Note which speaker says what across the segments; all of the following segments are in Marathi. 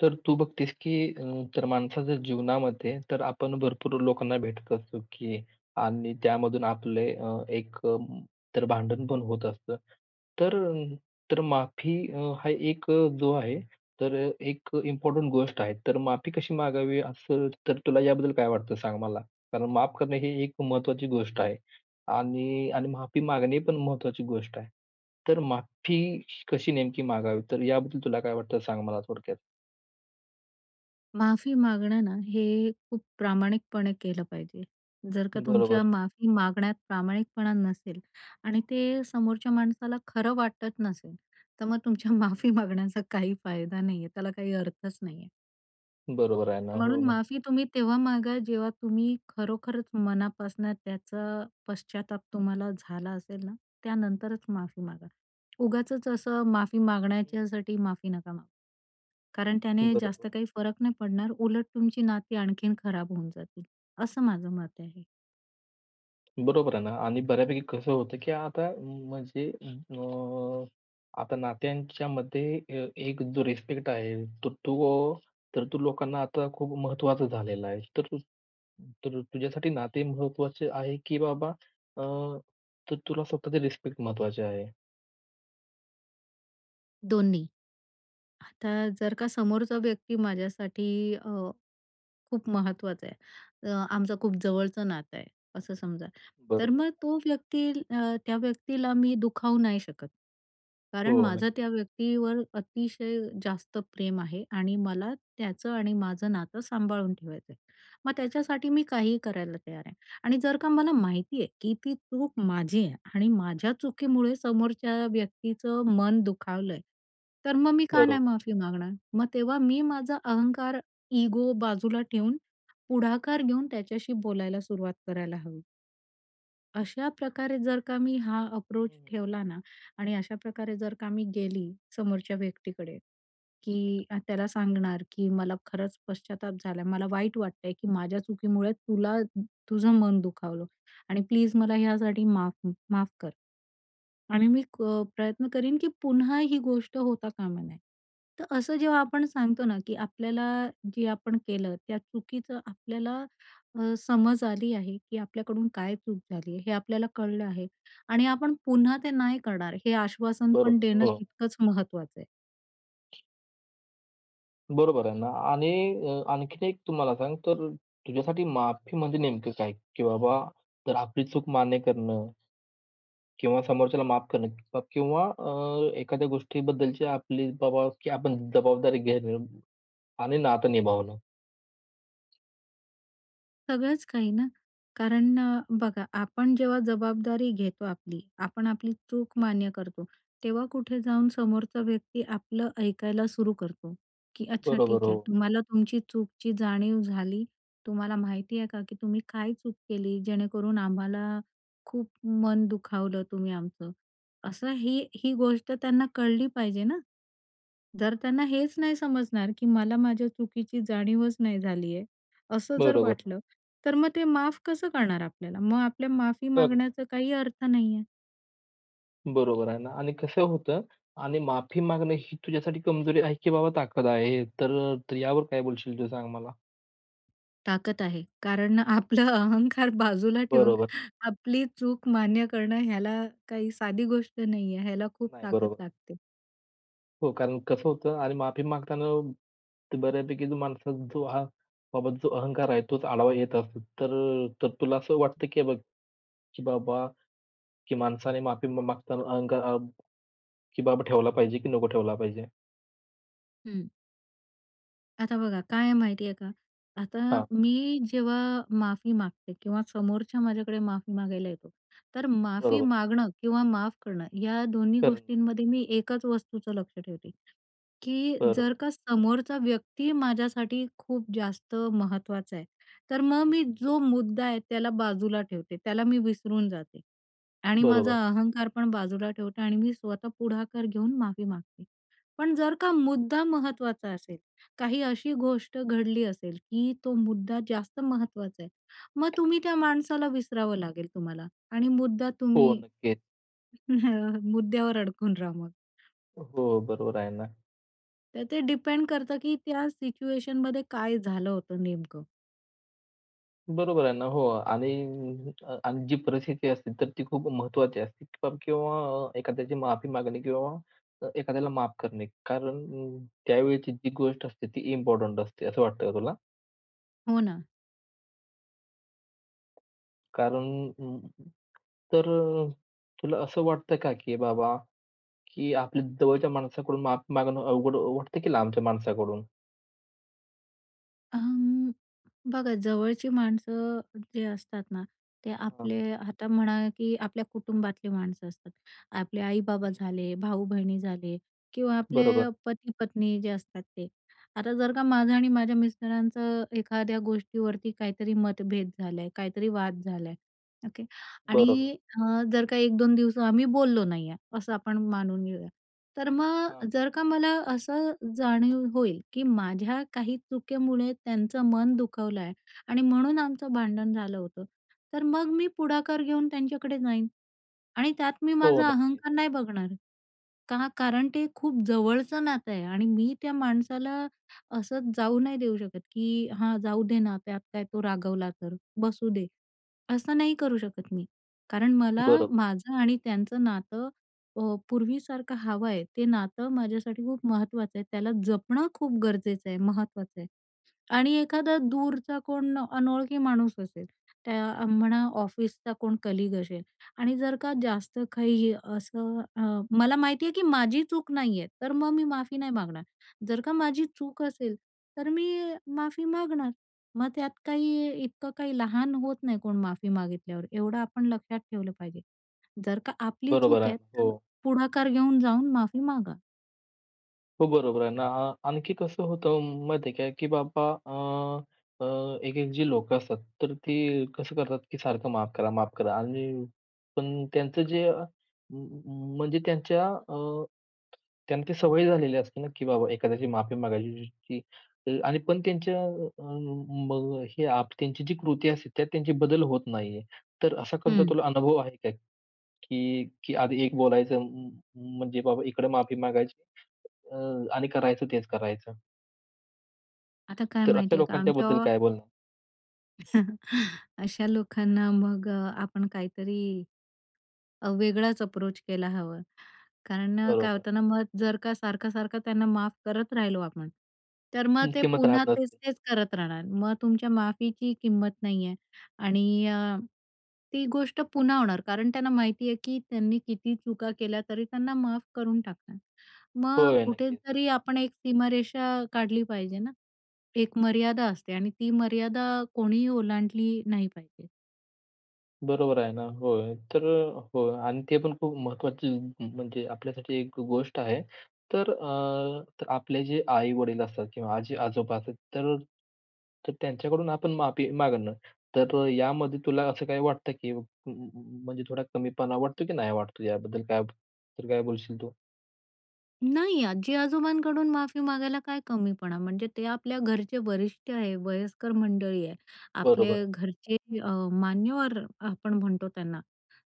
Speaker 1: तर तू बघतेस, की अ, तर माणसाच्या जीवनामध्ये तर आपण भरपूर लोकांना भेटत असतो, की आणि त्यामधून आपले एक तर भांडण पण होत असतं. तर अं, तर माफी हा एक जो आहे तर एक इम्पोर्टंट गोष्ट आहे. तर माफी कशी मागावी असं तर तुला याबद्दल काय वाटतं सांग मला? कारण माफ करणं ही एक महत्त्वाची गोष्ट आहे आणि आणि माफी मागणे पण महत्त्वाची गोष्ट आहे. तर माफी कशी नेमकी मागावी? तर याबद्दल तुला काय वाटतं सांग मला थोडक्यात?
Speaker 2: माफी मागणं ना, हे खूप प्रामाणिकपणे केलं पाहिजे. जर का तुमच्या
Speaker 1: बरोबर.
Speaker 2: माफी मागण्यात प्रामाणिकपणा नसेल आणि ते समोरच्या माणसाला खरं वाटत नसेल, तर मग तुमच्या
Speaker 1: हं,
Speaker 2: माफी मागण्याचा काही फायदा नाहीये. त्याला काही अर्थच नाहीये.
Speaker 1: हं. बरोबर आहे ना. हो,
Speaker 2: म्हणून माफी
Speaker 1: नक्कीच.
Speaker 2: तुम्ही तेव्हा मागा जेव्हा तुम्ही खरोखरच मनापासनं त्याचा पश्चाताप तुम्हाला झाला असेल ना, त्यानंतरच माफी मागा. उगाचच असं माफी
Speaker 1: हं,
Speaker 2: मागण्याच्यासाठी माफी नका मागू. कारण त्याने
Speaker 1: बरोबर.
Speaker 2: जास्त काही फरक नाही पडणार. उलट तुमची नाती आणखीन खराब होऊन जातील. असं माझं मत आहे.
Speaker 1: बरोबर आहे ना आणि बऱ्यापैकी कसं होतं, की आता म्हणजे आता नात्यांच्यामध्ये एक जो रिस्पेक्ट आहे, तर तो तर तो लोकांना आता खूप महत्त्वाचा झालेला आहे. तर तू तर तुझ्यासाठी नाते महत्त्वाचे आहे, की बाबा अ, तर तुला स्वतःचे रिस्पेक्ट महत्त्वाचे आहे.
Speaker 2: दोन्ही. आता जर का समोरचा व्यक्ती माझ्यासाठी खूप महत्वाचं आहे. आमचं खूप जवळचं नातं आहे असं समजा. तर
Speaker 1: बरोबर.
Speaker 2: मग तो व्यक्ती त्या व्यक्तीला मी दुखावू नाही शकत.
Speaker 1: हो,
Speaker 2: कारण माझं
Speaker 1: नक्कीच.
Speaker 2: त्या व्यक्तीवर अतिशय जास्त प्रेम आहे आणि मला त्याचं आणि माझं नातं सांभाळून ठेवायचं आहे. मग त्याच्यासाठी मी काहीही करायला तयार आहे आणि जर का मला माहिती आहे, की ती चूक माझी आहे आणि माझ्या चुकीमुळे समोरच्या व्यक्तीचं मन दुखावलंय, तर मग मी का नाही
Speaker 1: बरोबर.
Speaker 2: माफी मागणार? मग तेव्हा मी माझा अहंकार इगो बाजूला ठेवून पुढाकार घेऊन त्याच्याशी बोलायला सुरुवात करायला हवी. अशा प्रकारे जर का मी हा अप्रोच
Speaker 1: हं,
Speaker 2: ठेवला ना आणि अशा प्रकारे जर का मी गेली समोरच्या व्यक्तीकडे, की त्याला सांगणार, की "मला खरंच पश्चाताप झालाय. मला वाईट वाटतंय, की माझ्या चुकीमुळे तुला तुझं मन दुखावलं आणि प्लीज मला ह्यासाठी माफ माफ कर." आणि मी क प्रयत्न करीन, की पुन्हा ही गोष्ट होता कामा नये. तर असं जेव्हा आपण सांगतो ना, की आपल्याला जे आपण केलं त्या चुकीचं आपल्याला समज आली आहे, की आपल्याकडून काय चूक झाली आहे, हे आपल्याला कळलं आहे आणि आपण पुन्हा ते नाही करणार हे आश्वासन पण
Speaker 1: बरोबर.
Speaker 2: देणं
Speaker 1: हो.
Speaker 2: तितकंच महत्वाचं आहे.
Speaker 1: बरोबर आहे ना आणि आणखीन एक तुम्हाला सांग, तर तुझ्यासाठी माफी म्हणजे नेमकं काय? की बाबा तर आपली चूक मान्य करणं किंवा समोरच्याला माफ करणं किंवा किंवा एखाद्या गोष्टीबद्दलची आपली बाबा की आपण जबाबदारी घेणं आणि नातं निभावणं.
Speaker 2: सगळंच काही ना. कारण बघा आपण जेव्हा जबाबदारी घेतो आपली, आपण आपली चूक मान्य करतो, तेव्हा कुठे जाऊन समोरचा व्यक्ती आपलं ऐकायला सुरू करतो, की अच्छा
Speaker 1: बरोबर
Speaker 2: ठीक
Speaker 1: हो.
Speaker 2: आहे. तुम्हाला तुमची चूकची जाणीव झाली. तुम्हाला माहिती आहे का, की तुम्ही काय चूक केली जेणेकरून आम्हाला खूप मन दुखावलं तुम्ही आमचं. असं ही ही गोष्ट त्यांना कळली पाहिजे ना. जर त्यांना हेच नाही समजणार, की मला माझ्या चुकीची जाणीवच नाही झाली आहे, असं जर
Speaker 1: बरोबर ना.
Speaker 2: वाटलं, तर मग ते माफ कसं करणार आपल्याला? मग आपल्या माफी
Speaker 1: करणं.
Speaker 2: मागण्याचा काही अर्थ नाही आहे.
Speaker 1: बरोबर आहे ना आणि कसं होतं आणि माफी मागणं ही तुझ्यासाठी कमजोरी आहे की बाबा ताकद आहे? तर तर यावर काय बोलशील तू सांग मला?
Speaker 2: ताकद आहे. कारण आपला अहंकार बाजूला ठेवून
Speaker 1: बरोबर.
Speaker 2: आपली चूक मान्य करणं ह्याला काही साधी गोष्ट नाही आहे. ह्याला खूप
Speaker 1: नाही,
Speaker 2: ताकद
Speaker 1: बरोबर.
Speaker 2: लागते.
Speaker 1: हो, कारण कसं होतं आणि माफी मागताना ते बऱ्यापैकी जो माणसात जो हा बाबा जो अहंकार आहे तोच आढावा येत असतो. तर तर तुला असं वाटतं की बघ, की बाबा की माणसाने माफी मागताना अहंकार की बाबा ठेवला पाहिजे की नको ठेवला पाहिजे?
Speaker 2: आता बघा, काय आहे माहिती का, आता
Speaker 1: हां,
Speaker 2: मी जेव्हा माफी मागते किंवा समोरच्या माझ्याकडे माफी मागायला येतो, तर माफी
Speaker 1: बरोबर.
Speaker 2: मागणं किंवा माफ करणं या दोन्ही
Speaker 1: करणं.
Speaker 2: गोष्टींमध्ये मी एकच वस्तूचं लक्ष ठेवते, की जर
Speaker 1: बरोबर.
Speaker 2: का समोरचा व्यक्ती माझ्यासाठी खूप जास्त महत्वाचा आहे, तर मग मी
Speaker 1: हं,
Speaker 2: जो मुद्दा आहे त्याला बाजूला ठेवते. त्याला मी विसरून जाते आणि माझा
Speaker 1: बरोबर.
Speaker 2: अहंकार पण बाजूला ठेवते आणि मी स्वतः पुढाकार घेऊन माफी मागते. पण जर का मुद्दा महत्वाचा असेल, काही अशी गोष्ट घडली असेल, की तो मुद्दा जास्त महत्वाचा आहे, मग तुम्ही त्या माणसाला विसरावं लागेल तुम्हाला आणि मुद्दा
Speaker 1: हो,
Speaker 2: तुम्ही
Speaker 1: नक्कीच.
Speaker 2: मुद्द्यावर अडकून राहा मग.
Speaker 1: हो, बरोबर आहे ना.
Speaker 2: तर ते डिपेंड करतं, की त्या सिच्युएशनमध्ये काय झालं होतं नेमकं.
Speaker 1: बरोबर आहे ना. हो आणि आणि जी परिस्थिती असते तर ती खूप महत्त्वाची असते किंवा किंवा एखाद्याची माफी मागणे किंवा एखाद्याला माफ करणे. कारण त्यावेळची जी गोष्ट असते ती इम्पोर्टंट असते असं वाटतं का तुला?
Speaker 2: हो ना.
Speaker 1: कारण अ, तर अ, तुला असं वाटतं का, की बाबा, की आपल्या जवळच्या माणसाकडून माफी मागणं अवघड वाटतं की लांबच्या माणसाकडून?
Speaker 2: अं, बघा जवळची माणसं जे असतात ना, ते
Speaker 1: हां.
Speaker 2: आपले आता म्हणा की आपल्या कुटुंबातली माणसं असतात. आपले आई-बाबा
Speaker 1: हं, हं.
Speaker 2: झाले, भाऊ-बहिणी झाले किंवा आपले
Speaker 1: बरोबर,
Speaker 2: पती-पत्नी जे असतात ते. आता जर का माझं आणि माझ्या मिस्टरांचं एखाद्या गोष्टीवरती काहीतरी मतभेद झालाय, काहीतरी वाद झालाय, ओके. आणि
Speaker 1: बरोबर.
Speaker 2: जर का 1-2 दिवस आम्ही बोललो नाहीये, असं आपण मानून घेऊया. तर
Speaker 1: हां,
Speaker 2: मग
Speaker 1: हां.
Speaker 2: जर का मला असं जाणीव होईल, की माझ्या काही चुकीमुळे त्यांचं मन दुखावलं आहे आणि म्हणून आमचं भांडण झालं होतं. तर मग मी पुढाकार घेऊन त्यांच्याकडे जाईन. आणि त्यात मी
Speaker 1: हो,
Speaker 2: माझा
Speaker 1: नक्कीच.
Speaker 2: अहंकार नाही बघणार. का? कारण ते खूप जवळचं नातं आहे आणि मी त्या माणसाला असंच जाऊ नाही देऊ शकत, की "हां, जाऊ दे ना, त्यात काय तो रागवला तर, बसू दे." असं नाही करू शकत मी. कारण मला
Speaker 1: बरोबर.
Speaker 2: माझं आणि त्यांचं नातं अ, पूर्वीसारखं हवं आहे. ते नातं माझ्यासाठी खूप महत्त्वाचं आहे. त्याला जपणं खूप गरजेचं आहे, महत्त्वाचं आहे. आणि एखादा दूरचा कोण अनोळखी माणूस असेल, त्या म्हणा ऑफिसचा कोण कलीग असेल आणि जर का
Speaker 1: हं, हं.
Speaker 2: जास्त काही असं मला माहिती आहे की माझी चूक नाहीये, तर मग मी माफी नाही मागणार. जर का माझी चूक असेल, तर मी माफी मागणार. मग त्यात काही इतकं काही लहान होत नाही कोण माफी मागितल्यावर, एवढं आपण लक्षात ठेवलं पाहिजे. जर का आपली
Speaker 1: बरोबर
Speaker 2: चूक
Speaker 1: आहे.
Speaker 2: आहे, तर
Speaker 1: हो.
Speaker 2: पुढाकार घेऊन जाऊन माफी मागा.
Speaker 1: हो, बरोबर आहे ना. आ आणखी कसं होतं माहिती आहे का, की बाबा एक-एक जी लोकं असतात, तर ती कसं करतात, की सारखं माफ करा, माफ करा आणि पण त्यांचं जे म्हणजे त्यांच्या त्यांना ती सवय झालेली असते ना, की बाबा एखाद्याची माफी मागायची ती आणि पण त्यांच्या अ, मग हे आप त्यांची जी कृती असते, त्यात त्यांचे बदल होत नाहीये. तर असा कोणता
Speaker 2: हं.
Speaker 1: तुला अनुभव आहे का, की की आधी एक बोलायचं म्हणजे बाबा इकडे माफी मागायची अ, आणि करायचं तेच करायचं.
Speaker 2: आता काय
Speaker 1: तर अशा
Speaker 2: माहिती आहे का
Speaker 1: लोकांच्या
Speaker 2: आमच्या
Speaker 1: बद्दल काय बोलणार?
Speaker 2: अशा लोकांना मग आपण काहीतरी वेगळाच अप्रोच केला हवा. कारण काय
Speaker 1: बरोबर.
Speaker 2: होतं ना, मग जर का सारखं-सारखं त्यांना माफ करत राहिलो आपण, तर मग
Speaker 1: हं,
Speaker 2: ते
Speaker 1: किंमत
Speaker 2: पुन्हा
Speaker 1: राहत नसते.
Speaker 2: तेच-तेच करत राहणार. मग तुमच्या माफीची किंमत नाहीये आणि ती गोष्ट पुन्हा होणार. कारण त्यांना माहिती आहे, की त्यांनी किती चुका केल्या तरी त्यांना माफ करून टाकणार. मग
Speaker 1: होय, नक्कीच.
Speaker 2: कुठेतरी आपण एक सीमारेषा काढली पाहिजे ना. एक मर्यादा असते आणि ती मर्यादा कोणीही ओलांडली नाही पाहिजे.
Speaker 1: बरोबर आहे ना. होय. तर हो आणि ते पण खूप महत्त्वाची म्हणजे आपल्यासाठी एक गोष्ट आहे. तर तर आपले जे आई-वडील असतात किंवा आजी-आजोबा असतात, तर तर त्यांच्याकडून आपण माफी मागणं. तर यामध्ये तुला असं काही वाटतं की म म म्हणजे थोडा कमीपणा वाटतो की नाही वाटतो याबद्दल काय तर काय बोलशील तू?
Speaker 2: नाही, आजी-आजोबांकडून माफी मागायला काय कमीपणा? म्हणजे ते आपल्या घरचे वरिष्ठ आहे, वयस्कर मंडळी आहे. आपले
Speaker 1: बरोबर आहे.
Speaker 2: घरचे अ, मान्यवर आपण म्हणतो त्यांना.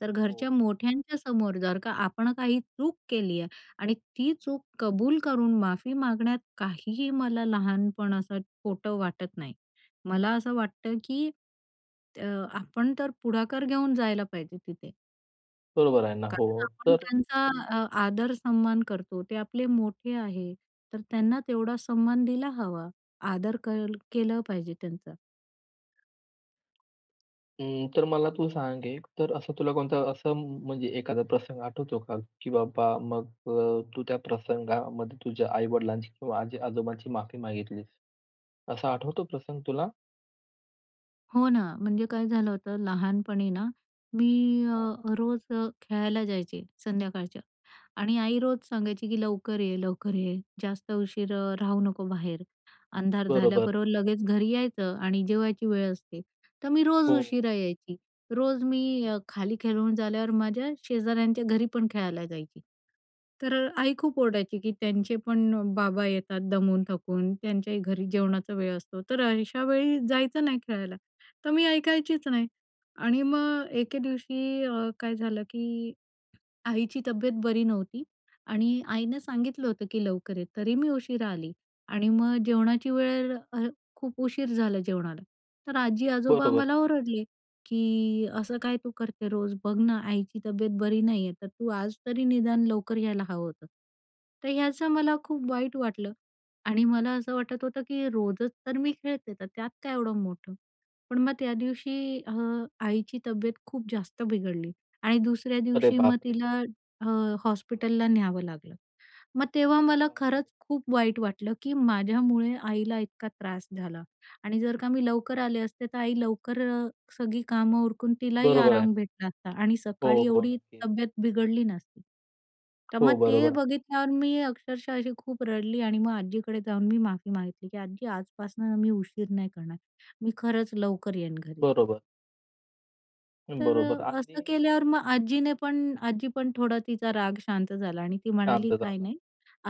Speaker 2: तर
Speaker 1: हो.
Speaker 2: घरच्या मोठ्यांच्या समोर जर का आपण काही चूक केली आहे आणि ती चूक कबूल करून माफी मागण्यात काहीही मला लहानपण असं खोटं वाटत नाही. मला असं वाटतं, की अ, आपण तर पुढाकार घेऊन जायला पाहिजे तिथे.
Speaker 1: बरोबर आहे ना. हो.
Speaker 2: कारण आपण
Speaker 1: तर
Speaker 2: त्यांचा आदर सन्मान करतो. ते आपले मोठे आहे, तर त्यांना तेवढा सन्मान दिला हवा. आदर कल केलं पाहिजे त्यांचा.
Speaker 1: अं, तर मला तू सांग एक, तर असं तुला कोणता असं म्हणजे एखादा प्रसंग आठवतो का, की बाबा मग तू त्या प्रसंगामध्ये तुझ्या आई-वडिलांची किंवा आजी-आजोबांची माफी मागितलीस, असा आठवतो प्रसंग तुला?
Speaker 2: हो ना, म्हणजे काय झालं होतं लहानपणी ना, मी अ,
Speaker 1: हां, हां.
Speaker 2: रोज खेळायला जायचे संध्याकाळच्या आणि आई रोज सांगायची, की "लवकर ये, लवकर ये. जास्त उशीर राहू नको बाहेर. अंधार
Speaker 1: बरोबर.
Speaker 2: झाल्याबरोबर लगेच घरी यायचं आणि जेवायची वेळ असते." तर मी रोज
Speaker 1: हो.
Speaker 2: उशिरा यायची. रोज मी
Speaker 1: हं,
Speaker 2: खाली खेळून झाल्यावर माझ्या शेजाऱ्यांच्या घरी पण खेळायला जायची. तर आई खूप ओरडायची, की "त्यांचे पण बाबा येतात दमून थकून. त्यांच्याही घरी जेवणाचा वेळ असतो. तर अशा वेळी जायचं नाही खेळायला." तर मी ऐकायचीच नाही. आणि मग एके दिवशी काय झालं, की आईची तब्येत बरी नव्हती आणि आईनं सांगितलं होतं की लवकर ये, तरी मी उशिरा आली आणि मग जेवणाची वेळ खूप उशीर झाला जेवणाला. तर आजी-आजोबा
Speaker 1: बरोबर.
Speaker 2: मला ओरडले, की "असं काय तू करते रोज? बघ ना आईची तब्येत बरी नाहीये, तर तू आज तरी निदान लवकर यायला हवं होतं." तर ह्याचं मला खूप वाईट वाटलं आणि मला असं वाटत होतं की रोजच तर मी खेळते, तर त्यात काय एवढं मोठं? पण मग त्या दिवशी आईची तब्येत खूप जास्त बिघडली आणि दुसऱ्या
Speaker 1: अरे
Speaker 2: दिवशी मग
Speaker 1: बापरे!
Speaker 2: तिला हॉस्पिटलला न्यावं लागलं. मग तेव्हा मला खरंच
Speaker 1: बापरे!
Speaker 2: खूप वाईट वाटलं, की माझ्यामुळे आईला इतका त्रास झाला आणि जर का मी लवकर आले असते, तर आई लवकर सगळी कामं उरकून तिलाही
Speaker 1: बरोबर आहे
Speaker 2: आराम
Speaker 1: ना.
Speaker 2: भेटला असता आणि
Speaker 1: हो,
Speaker 2: सकाळी
Speaker 1: हो.
Speaker 2: एवढी
Speaker 1: नक्कीच.
Speaker 2: तब्येत बिघडली नसती. तर मग
Speaker 1: हो,
Speaker 2: ते
Speaker 1: बरोबर आहे.
Speaker 2: बघितल्यावर मी अक्षरशः अशी खूप रडली आणि मग आजीकडे जाऊन मी माफी मागितली, की "आजी आजपासून मी उशीर नाही करणार. मी खरंच लवकर येईन घरी."
Speaker 1: बरोबर,
Speaker 2: तर
Speaker 1: बरोबर आणि
Speaker 2: असं
Speaker 1: हो,
Speaker 2: केल्यावर मग आजी पण थोडा तिचा राग शांत झाला आणि ती म्हणाली,
Speaker 1: शांत
Speaker 2: "काय
Speaker 1: झाला.
Speaker 2: नाही,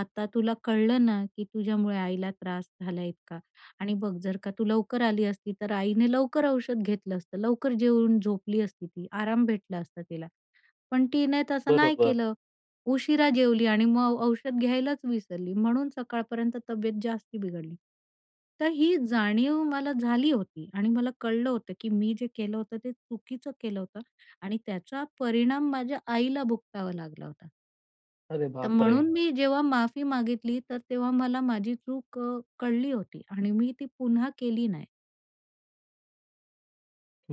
Speaker 2: आता तुला कळलं ना, की तुझ्यामुळे आईला त्रास झाला इतका आणि बघ जर का तू लवकर आली असती, तर आईने लवकर औषध घेतलं असतं, लवकर जेवून झोपली असती ती, आराम भेटला असता तिला. पण तिने तसं नाही
Speaker 1: बरोबर.
Speaker 2: केलं." उशिरा जेवली आणि मग औषध घ्यायलाच विसरली, म्हणून सकाळपर्यंत तब्येत जास्ती बिघडली. तर ही जाणीव मला झाली होती आणि मला कळलं होतं, की मी जे केलं होतं ते चुकीचं केलं होतं आणि त्याचा परिणाम माझ्या आईला भुगतावा लागला होता.
Speaker 1: अरे
Speaker 2: तर
Speaker 1: बापरे!
Speaker 2: म्हणून मी जेव्हा माफी मागितली, तर तेव्हा मला माझी चूक कळली होती आणि मी ती पुन्हा केली नाही.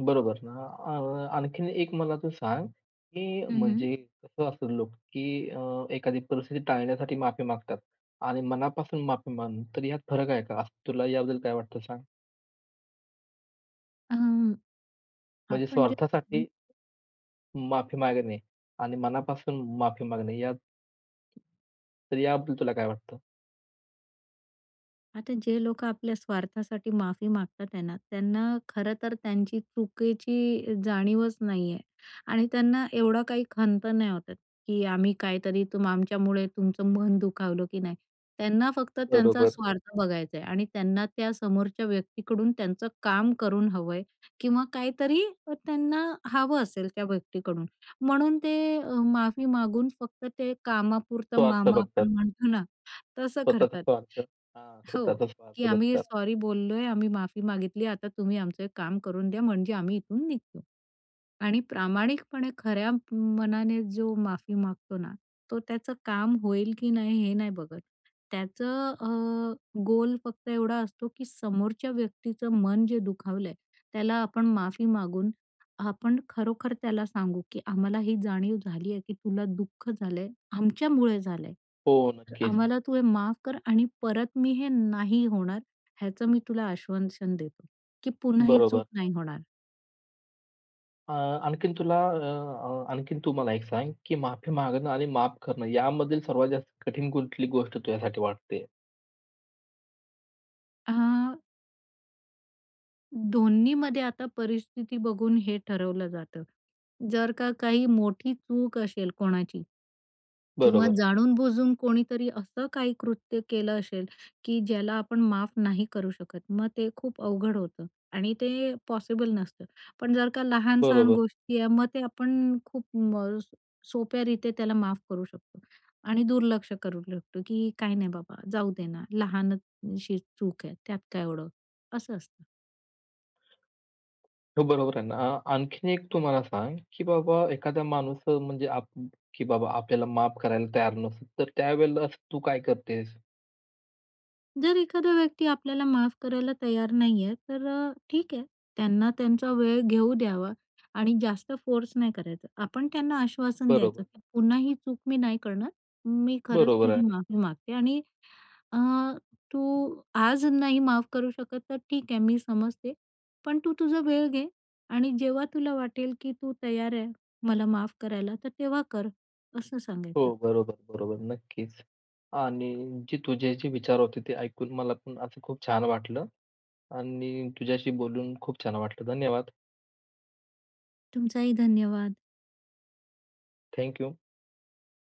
Speaker 1: बरोबर ना. आणखीन एक मला तू सांग, की
Speaker 2: हं, हं.
Speaker 1: म्हणजे कसं असतं लोक, की एखादी परिस्थिती टाळण्यासाठी माफी मागतात आणि मनापासून माफी मागणं, तर यात फरक आहे का? असं तुला याबद्दल काय वाटतं सांग? म्हणजे
Speaker 2: आपण जे
Speaker 1: स्वार्थासाठी माफी मागणे आणि मनापासून माफी मागणे यात तर याबद्दल तुला काय वाटतं?
Speaker 2: आता जे लोक आपल्या स्वार्थासाठी माफी मागतात आहे ना, त्यांना खरं तर त्यांची चुकीची जाणीवच नाहीये आणि त्यांना एवढा काही खंत नाही वाटत, की आम्ही काहीतरी तुम आमच्यामुळे तुमचं मन दुखावलं की नाही. त्यांना फक्त त्यांचा
Speaker 1: बरोबर.
Speaker 2: स्वार्थ बघायचा आहे आणि त्यांना त्या समोरच्या व्यक्तीकडून त्यांचं काम करून हवंय किंवा काहीतरी त्यांना हवं असेल त्या व्यक्तीकडून. म्हणून ते माफी मागून फक्त ते कामापुरतं
Speaker 1: स्वार्थ
Speaker 2: मामा
Speaker 1: बघतात.
Speaker 2: आपण म्हणतो ना तसं
Speaker 1: स्वतःचा
Speaker 2: करतात.
Speaker 1: स्वार्थ हां,
Speaker 2: हो,
Speaker 1: स्वतःचा
Speaker 2: की
Speaker 1: स्वार्थ
Speaker 2: आम्ही
Speaker 1: बघतात.
Speaker 2: सॉरी बोललोय, आम्ही माफी मागितली, आता तुम्ही आमचं एक काम करून द्या म्हणजे आम्ही इथून निघतो. आणि प्रामाणिकपणे खऱ्या मनाने जो माफी मागतो ना, तो त्याचं काम होईल की नाही हे नाही बघत. त्याचं गोल फक्त एवढा असतो, की समोरच्या व्यक्तीचं मन जे दुखावलंय, त्याला आपण माफी मागून आपण खरोखर त्याला सांगू, की आम्हाला ही जाणीव झाली आहे, की तुला दुःख झालंय, आमच्यामुळे झालंय.
Speaker 1: हो,
Speaker 2: तर
Speaker 1: नक्कीच.
Speaker 2: आम्हाला तू हे माफ कर आणि परत मी हे नाही होणार, ह्याचं मी तुला आश्वासन देतो, की पुन्हा ही चूक
Speaker 1: बरोबर.
Speaker 2: नाही होणार.
Speaker 1: अ, आणखीन तुला अ, आणखीन तू मला एक सांग, की माफी मागणं आणि माफ करणं यामधील सर्वात जास्त कठीण कुठली गोष्ट तुझ्यासाठी वाटते?
Speaker 2: अ, दोन्हीमध्ये आता परिस्थिती बघून हे ठरवलं जातं. जर का काही मोठी चूक असेल कोणाची किंवा
Speaker 1: बरोबर,
Speaker 2: जाणून-बुजून कोणीतरी असं काही कृत्य केलं असेल, की ज्याला आपण माफ नाही करू शकत. मग ते खूप अवघड होतं आणि ते पॉसिबल नसतं. पण जर का लहान-सहान
Speaker 1: बरोबर.
Speaker 2: गोष्टी आहे, मग ते आपण खूप म सोप्यारीत्या त्याला माफ करू शकतो आणि दुर्लक्ष करू शकतो, की काही नाही बाबा, जाऊ दे ना, लहानशी चूक आहे, त्यात काय एवढं, असं असतं.
Speaker 1: हो, बरोबर आहे ना. आणखीन एक तू मला सांग, की बाबा एखादा माणूस म्हणजे आप की बाबा आपल्याला माफ करायला तयार नसतो, तर त्यावेळेला असं तू काय करतेस?
Speaker 2: जर एखादा व्यक्ती आपल्याला माफ करायला तयार नाहीये, तर ठीक आहे. त्यांना त्यांचा वेळ घेऊ द्यावा आणि जास्त फोर्स नाही करायचा. आपण त्यांना आश्वासन द्यायचं,
Speaker 1: बरोबर,
Speaker 2: की पुन्हा ही चूक मी नाही करणार. मी खरंच
Speaker 1: बरोबर
Speaker 2: तुझी
Speaker 1: आहे
Speaker 2: माफी
Speaker 1: नक्कीच.
Speaker 2: मागते आणि अ, तू आज नाही माफ करू शकत तर ठीक आहे, मी समजते. पण तू तुझा वेळ घे आणि जेव्हा तुला वाटेल, की तू तयार आहे मला माफ करायला, तर तेव्हा कर, असं
Speaker 1: हो,
Speaker 2: सांगायचं.
Speaker 1: बरोबर, बरोबर. नक्कीच. आणि जे तुझे जे विचार होते ते ऐकून मला पण असं खूप छान वाटलं आणि तुझ्याशी बोलून खूप छान वाटलं. धन्यवाद.
Speaker 2: तुमचाही धन्यवाद.
Speaker 1: थँक